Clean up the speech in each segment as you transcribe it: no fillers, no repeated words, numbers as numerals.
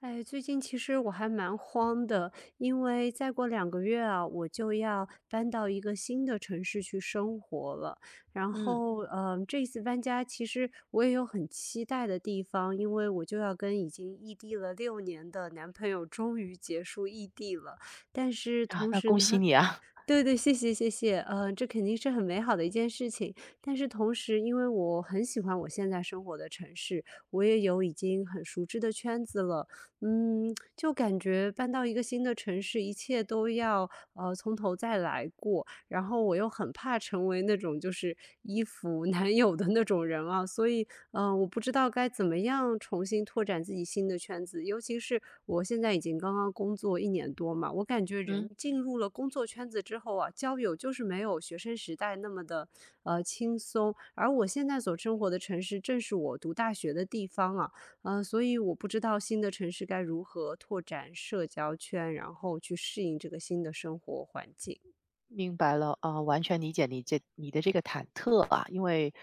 哎，最近其实我还蛮慌的，因为再过2个月啊，我就要搬到一个新的城市去生活了。然嗯，后，这次搬家其实我也有很期待的地方，因为我就要跟已经异地了6年的男朋友终于结束异地了。但是啊，同那时恭喜呢，你啊。对对，谢谢谢谢，这肯定是很美好的一件事情。但是同时，因为我很喜欢我现在生活的城市，我也有已经很熟知的圈子了，就感觉搬到一个新的城市，一切都要从头再来过。然后我又很怕成为那种就是依附男友的那种人啊，所以，我不知道该怎么样重新拓展自己新的圈子。尤其是我现在已经刚刚工作一年多嘛，我感觉人嗯，进入了工作圈子之后啊，交友就是没有学生时代那么的轻松。而我现在所生活的城市正是我读大学的地方啊，所以我不知道新的城市该如何拓展社交圈，然后去适应这个新的生活环境。明白了。啊，完全理解你的这个忐忑啊。因为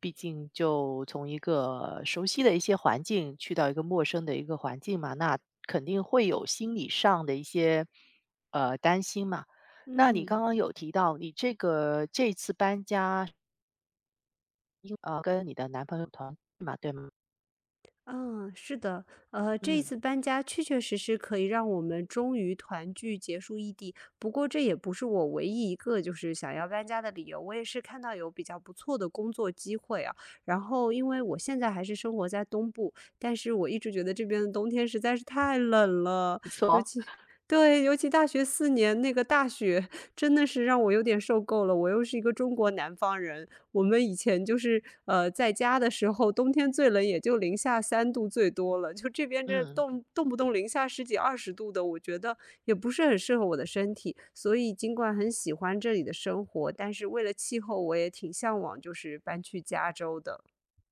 毕竟就从一个熟悉的一些环境去到一个陌生的一个环境嘛，那肯定会有心理上的一些担心嘛。那你嗯。刚刚有提到你这个这次搬家，跟你的男朋友团聚嘛，对吗？嗯，是的，这一嗯，次搬家确确实实可以让我们终于团聚，结束异地。不过这也不是我唯一一个就是想要搬家的理由，我也是看到有比较不错的工作机会啊。然后因为我现在还是生活在东部，但是我一直觉得这边的冬天实在是太冷了，没尤错。其对，尤其大学4年那个大雪真的是让我有点受够了。我又是一个中国南方人，我们以前就是在家的时候，冬天最冷也就零下3度最多了，就这边这嗯，动不动零下十几二十度的，我觉得也不是很适合我的身体。所以尽管很喜欢这里的生活，但是为了气候，我也挺向往就是搬去加州的。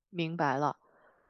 明白了。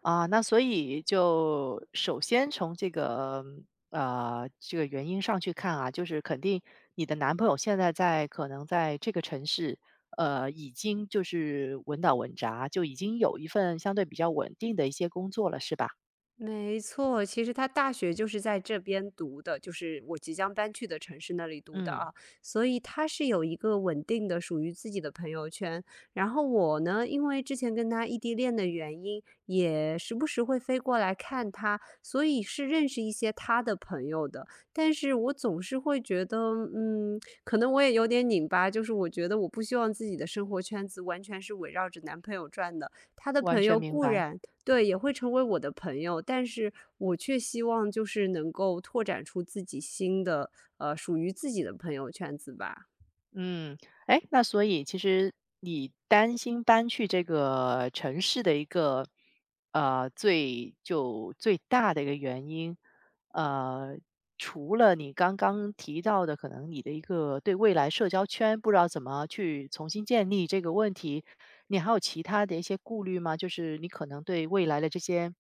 啊，那所以就首先从这个原因上去看啊，就是肯定你的男朋友现在可能在这个城市，呃，已经就是稳打稳扎，就已经有一份相对比较稳定的一些工作了，是吧？没错，其实他大学就是在这边读的，就是我即将搬去的城市那里读的嗯，啊，所以他是有一个稳定的属于自己的朋友圈。然后我呢，因为之前跟他异地恋的原因，也时不时会飞过来看他，所以是认识一些他的朋友的。但是我总是会觉得，嗯，可能我也有点拧巴，就是我觉得我不希望自己的生活圈子完全是围绕着男朋友转的。他的完朋全友明固白。然对，也会成为我的朋友，但是我却希望就是能够拓展出自己新的，属于自己的朋友圈子吧。嗯，哎，那所以其实你担心搬去这个城市的一个，呃，最大的一个原因，呃，除了你刚刚提到的，可能你的一个对未来社交圈不知道怎么去重新建立这个问题，你还有其他的一些顾虑吗？就是你可能对未来的这些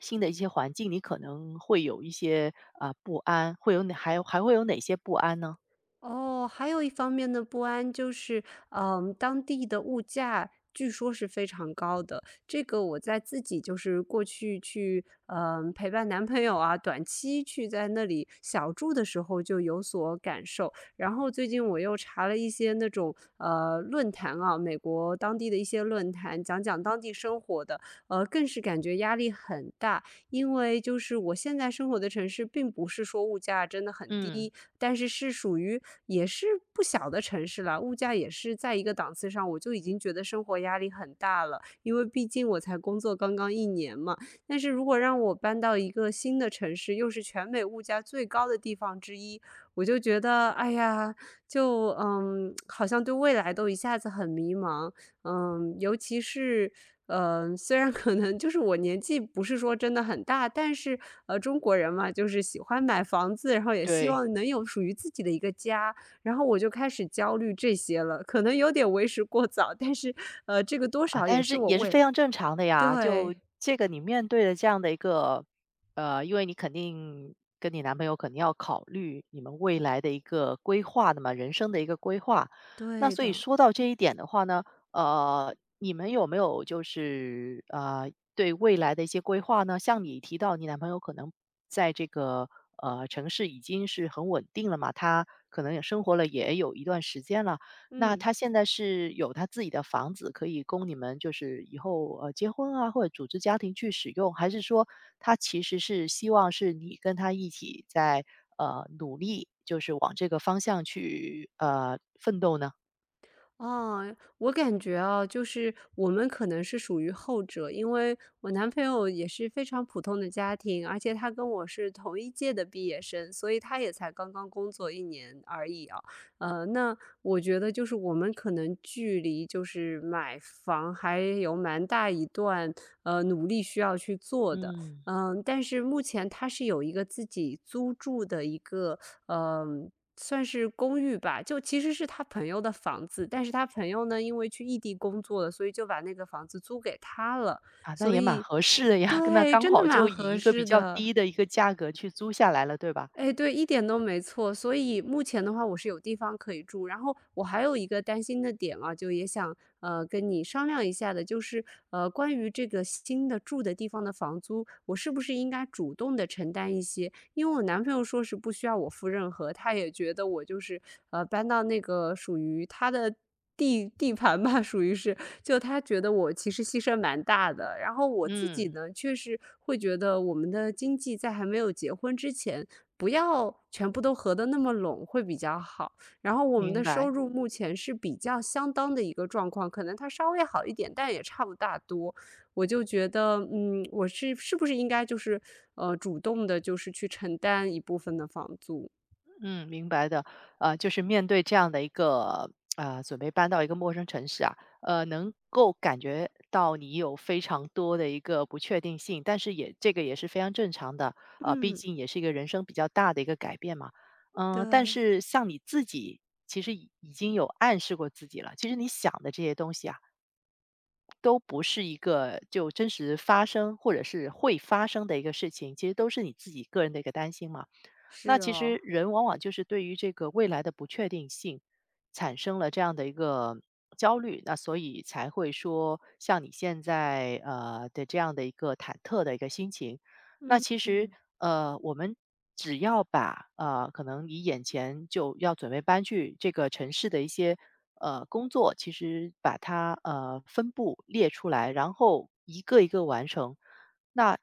新的一些环境，你可能会有一些啊、不安，会有哪些不安呢？哦，还有一方面的不安就是，当地的物价据说是非常高的。这个我在自己就是过去去，陪伴男朋友啊，短期去在那里小住的时候就有所感受。然后最近我又查了一些那种论坛啊，美国当地的一些论坛，讲讲当地生活的，更是感觉压力很大。因为就是我现在生活的城市，并不是说物价真的很嗯，低，但是是属于也是不小的城市了，物价也是在一个档次上，我就已经觉得生活压力很大了，因为毕竟我才工作刚刚一年嘛。但是如果让我搬到一个新的城市，又是全美物价最高的地方之一，我就觉得，哎呀，就，好像对未来都一下子很迷茫。尤其是，虽然可能就是我年纪不是说真的很大，但是，中国人嘛，就是喜欢买房子，然后也希对。望能有属于自己的一个家，然后我就开始焦虑这些了，可能有点为时过早，但是，这个多啊，少但也是这是我也是未来非常正常的呀。就对，这个你面对的这样的一个，呃，因为你肯定跟你男朋友肯定要考虑你们未来的一个规划的嘛，人生的一个规划。那对所以的，说到这一点的话呢，呃，你们有没有对未来的一些规划呢？像你提到你男朋友可能在这个城市已经是很稳定了嘛，他可能也生活了也有一段时间了。那嗯。他现在是有他自己的房子，可以供你们就是以后结婚啊，或者组织家庭去使用，还是说他其实是希望是你跟他一起在努力，就是往这个方向去奋斗呢？哦，我感觉啊，就是我们可能是属于后者，因为我男朋友也是非常普通的家庭，而且他跟我是同一届的毕业生，所以他也才刚刚工作一年而已啊。那我觉得就是我们可能距离就是买房还有蛮大一段努力需要去做的。嗯，但是目前他是有一个自己租住的一个嗯、呃算是公寓吧，就其实是他朋友的房子，但是他朋友呢，因为去异地工作了，所以就把那个房子租给他了，啊，那所也蛮以合适的呀，那对，刚真的好就蛮以合一个比适较的。低的一个价格去租下来了，对吧？哎，对，一点都没错。所以目前的话，我是有地方可以住。然后我还有一个担心的点啊，就也想跟你商量一下的，就是关于这个新的住的地方的房租，我是不是应该主动的承担一些？因为我男朋友说是不需要我付任何，他也觉得我就是搬到那个属于他的。地盘吧，属于是，就他觉得我其实牺牲蛮大的，然后我自己嗯，呢，确实会觉得我们的经济在还没有结婚之前，不要全部都合的那么拢会比较好。然后我们明的白。收入目前是比较相当的一个状况，可能它稍微好一点，但也差不大多。我就觉得，我是是不是应该就是主动的，就是去承担一部分的房租？嗯，明白的。呃，就是面对这样的一个，准备搬到一个陌生城市啊，呃，能够感觉到你有非常多的一个不确定性，但是也这个也是非常正常的，呃，毕嗯，竟也是一个人生比较大的一个改变嘛。嗯、但对，是像你自己，其实已经有暗示过自己了，其实你想的这些东西啊，都不是一个就真实发生或者是会发生的一个事情，其实都是你自己个人的一个担心嘛。那是其实哦，人往往就是对于这个未来的不确定性产生了这样的一个焦虑，那所以才会说像你现在的这样的一个忐忑的一个心情。那嗯其实嗯呃，我们只要把可能你眼前就要准备搬去这个城市的一些工作，其实把它分布列出来，然后一个一个完成。那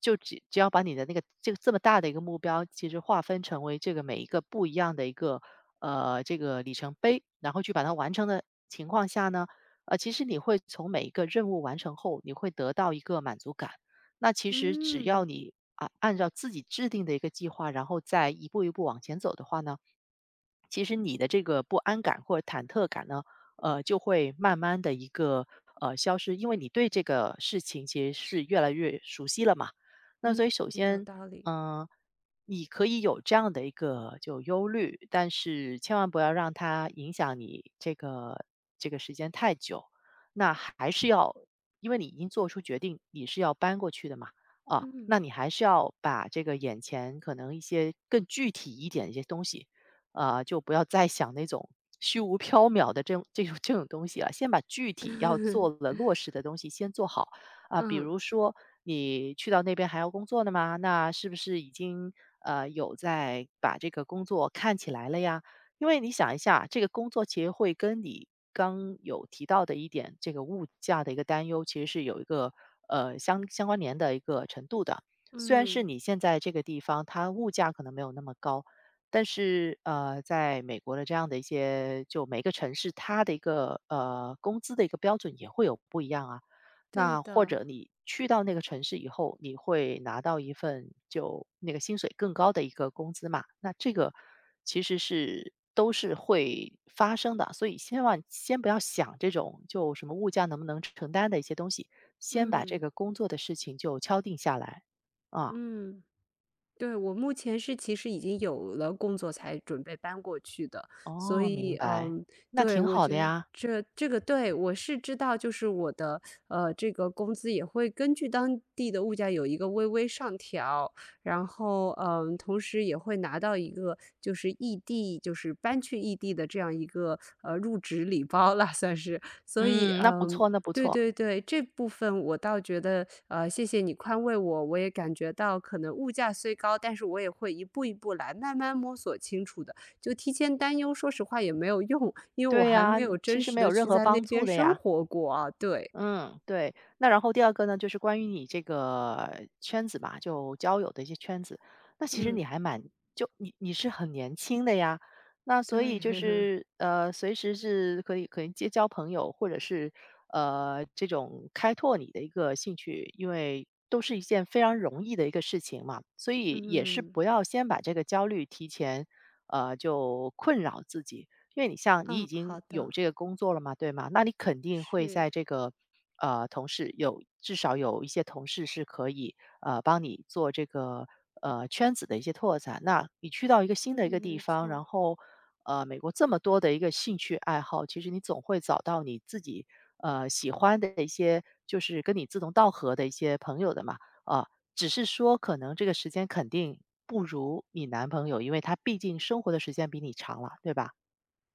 就只要把你的那个这个这么大的一个目标，其实划分成为这个每一个不一样的一个这个里程碑，然后去把它完成的情况下呢，呃，其实你会从每一个任务完成后，你会得到一个满足感。那其实只要嗯你啊按照自己制定的一个计划，然后再一步一步往前走的话呢，其实你的这个不安感或者忐忑感呢，呃，就会慢慢的一个消失，因为你对这个事情其实是越来越熟悉了嘛。那嗯，所以首有先，道理，嗯、你可以有这样的一个就忧虑，但是千万不要让它影响你这个这个时间太久。那还是要，因为你已经做出决定，你是要搬过去的嘛，啊，嗯 那你还是要把这个眼前可能一些更具体一点的一些东西，就不要再想那种虚无缥缈的这种东西了，先把具体要做 的落实的东西先做好啊。比嗯如说你去到那边还要工作的吗？那是不是已经有在把这个工作看起来了呀？因为你想一下，这个工作其实会跟你刚有提到的一点，这个物价的一个担忧，其实是有一个相关联的一个程度的。虽然是嗯，你现在这个地方，它物价可能没有那么高，但是，呃，在美国的这样的一些就每个城市它的一个，呃，工资的一个标准也会有不一样啊。对那或的，者你去到那个城市以后，你会拿到一份就那个薪水更高的一个工资嘛，那这个其实是都是会发生的。所以千万先不要想这种就什么物价能不能承担的一些东西，先把这嗯个工作的事情就敲定下来。啊，嗯。对，我目前是其实已经有了工作才准备搬过去的，所哦，明以，白，那对，挺我好的觉得呀。这个对，我是知道，就是我的这个工资也会根据当地的物价有一个微微上调，然后同时也会拿到一个就是异地，就是搬去异地的这样一个入职礼包了，算是，所以嗯，那不嗯错，嗯那不对错。对对，这部分我倒觉得，谢谢你宽慰我，我也感觉到可能物价虽高，但是我也会一步一步来，慢慢摸索清楚的。就提前担忧，说实话也没有用，因为我对还呀，没有其真实实没有的任去何在那帮助边的生呀。活过啊。对，嗯，对。那然后第二个呢，就是关于你这个圈子吧，就交友的一些圈子。那其实你嗯，还蛮就你是很年轻的呀，那所以对，就 是呃，随时是可以结交朋友，或者是这种开拓你的一个兴趣，因为都是一件非常容易的一个事情嘛，所以也是嗯，不要先把这个焦虑提前就困扰自己。因为你像你已嗯，经好有的，这个工作了嘛，对吗？那你肯定会是，在这个同事有至少有一些同事是可以帮你做这个圈子的一些拓展。那你去到一个新嗯，的一个地没方，错。然后美国这么多的一个兴趣爱好，其实你总会找到你自己喜欢的一些就是跟你志同道合的一些朋友的嘛。啊，只是说可能这个时间肯定不如你男朋友，因为他毕竟生活的时间比你长了，对吧？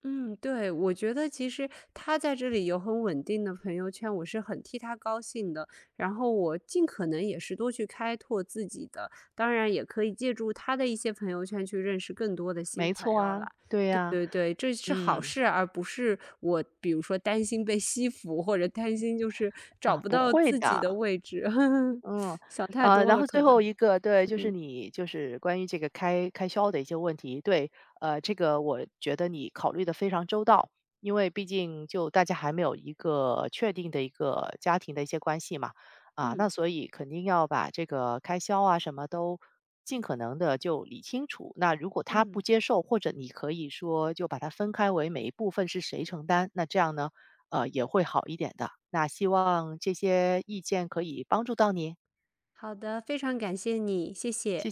嗯，对，我觉得其实他在这里有很稳定的朋友圈，我是很替他高兴的。然后我尽可能也是多去开拓自己的，当然也可以借助他的一些朋友圈去认识更多的新没朋错友啊，啦。对对呀，对对，这是好嗯，事，而不是我比如说担心被吸附，或者担心就是找啊，不不到会自己的的，位置，嗯，想太呃，多然了后最可后能。一个，对，就是嗯你关于这个开销的一些问题，对，呃，这个我觉得你考虑的非常周到，因为毕竟就大家还没有一个确定的一个家庭的一些关系嘛，啊，那嗯所以肯定要把这个开销啊什么都尽可能的就理清楚。那如果他不嗯，接受，或者你可以说就把它分开为每一部分是谁承担，那这样呢，呃，也会好一点的。那希望这些意见可以帮助到你。好的，非常感谢你，谢谢。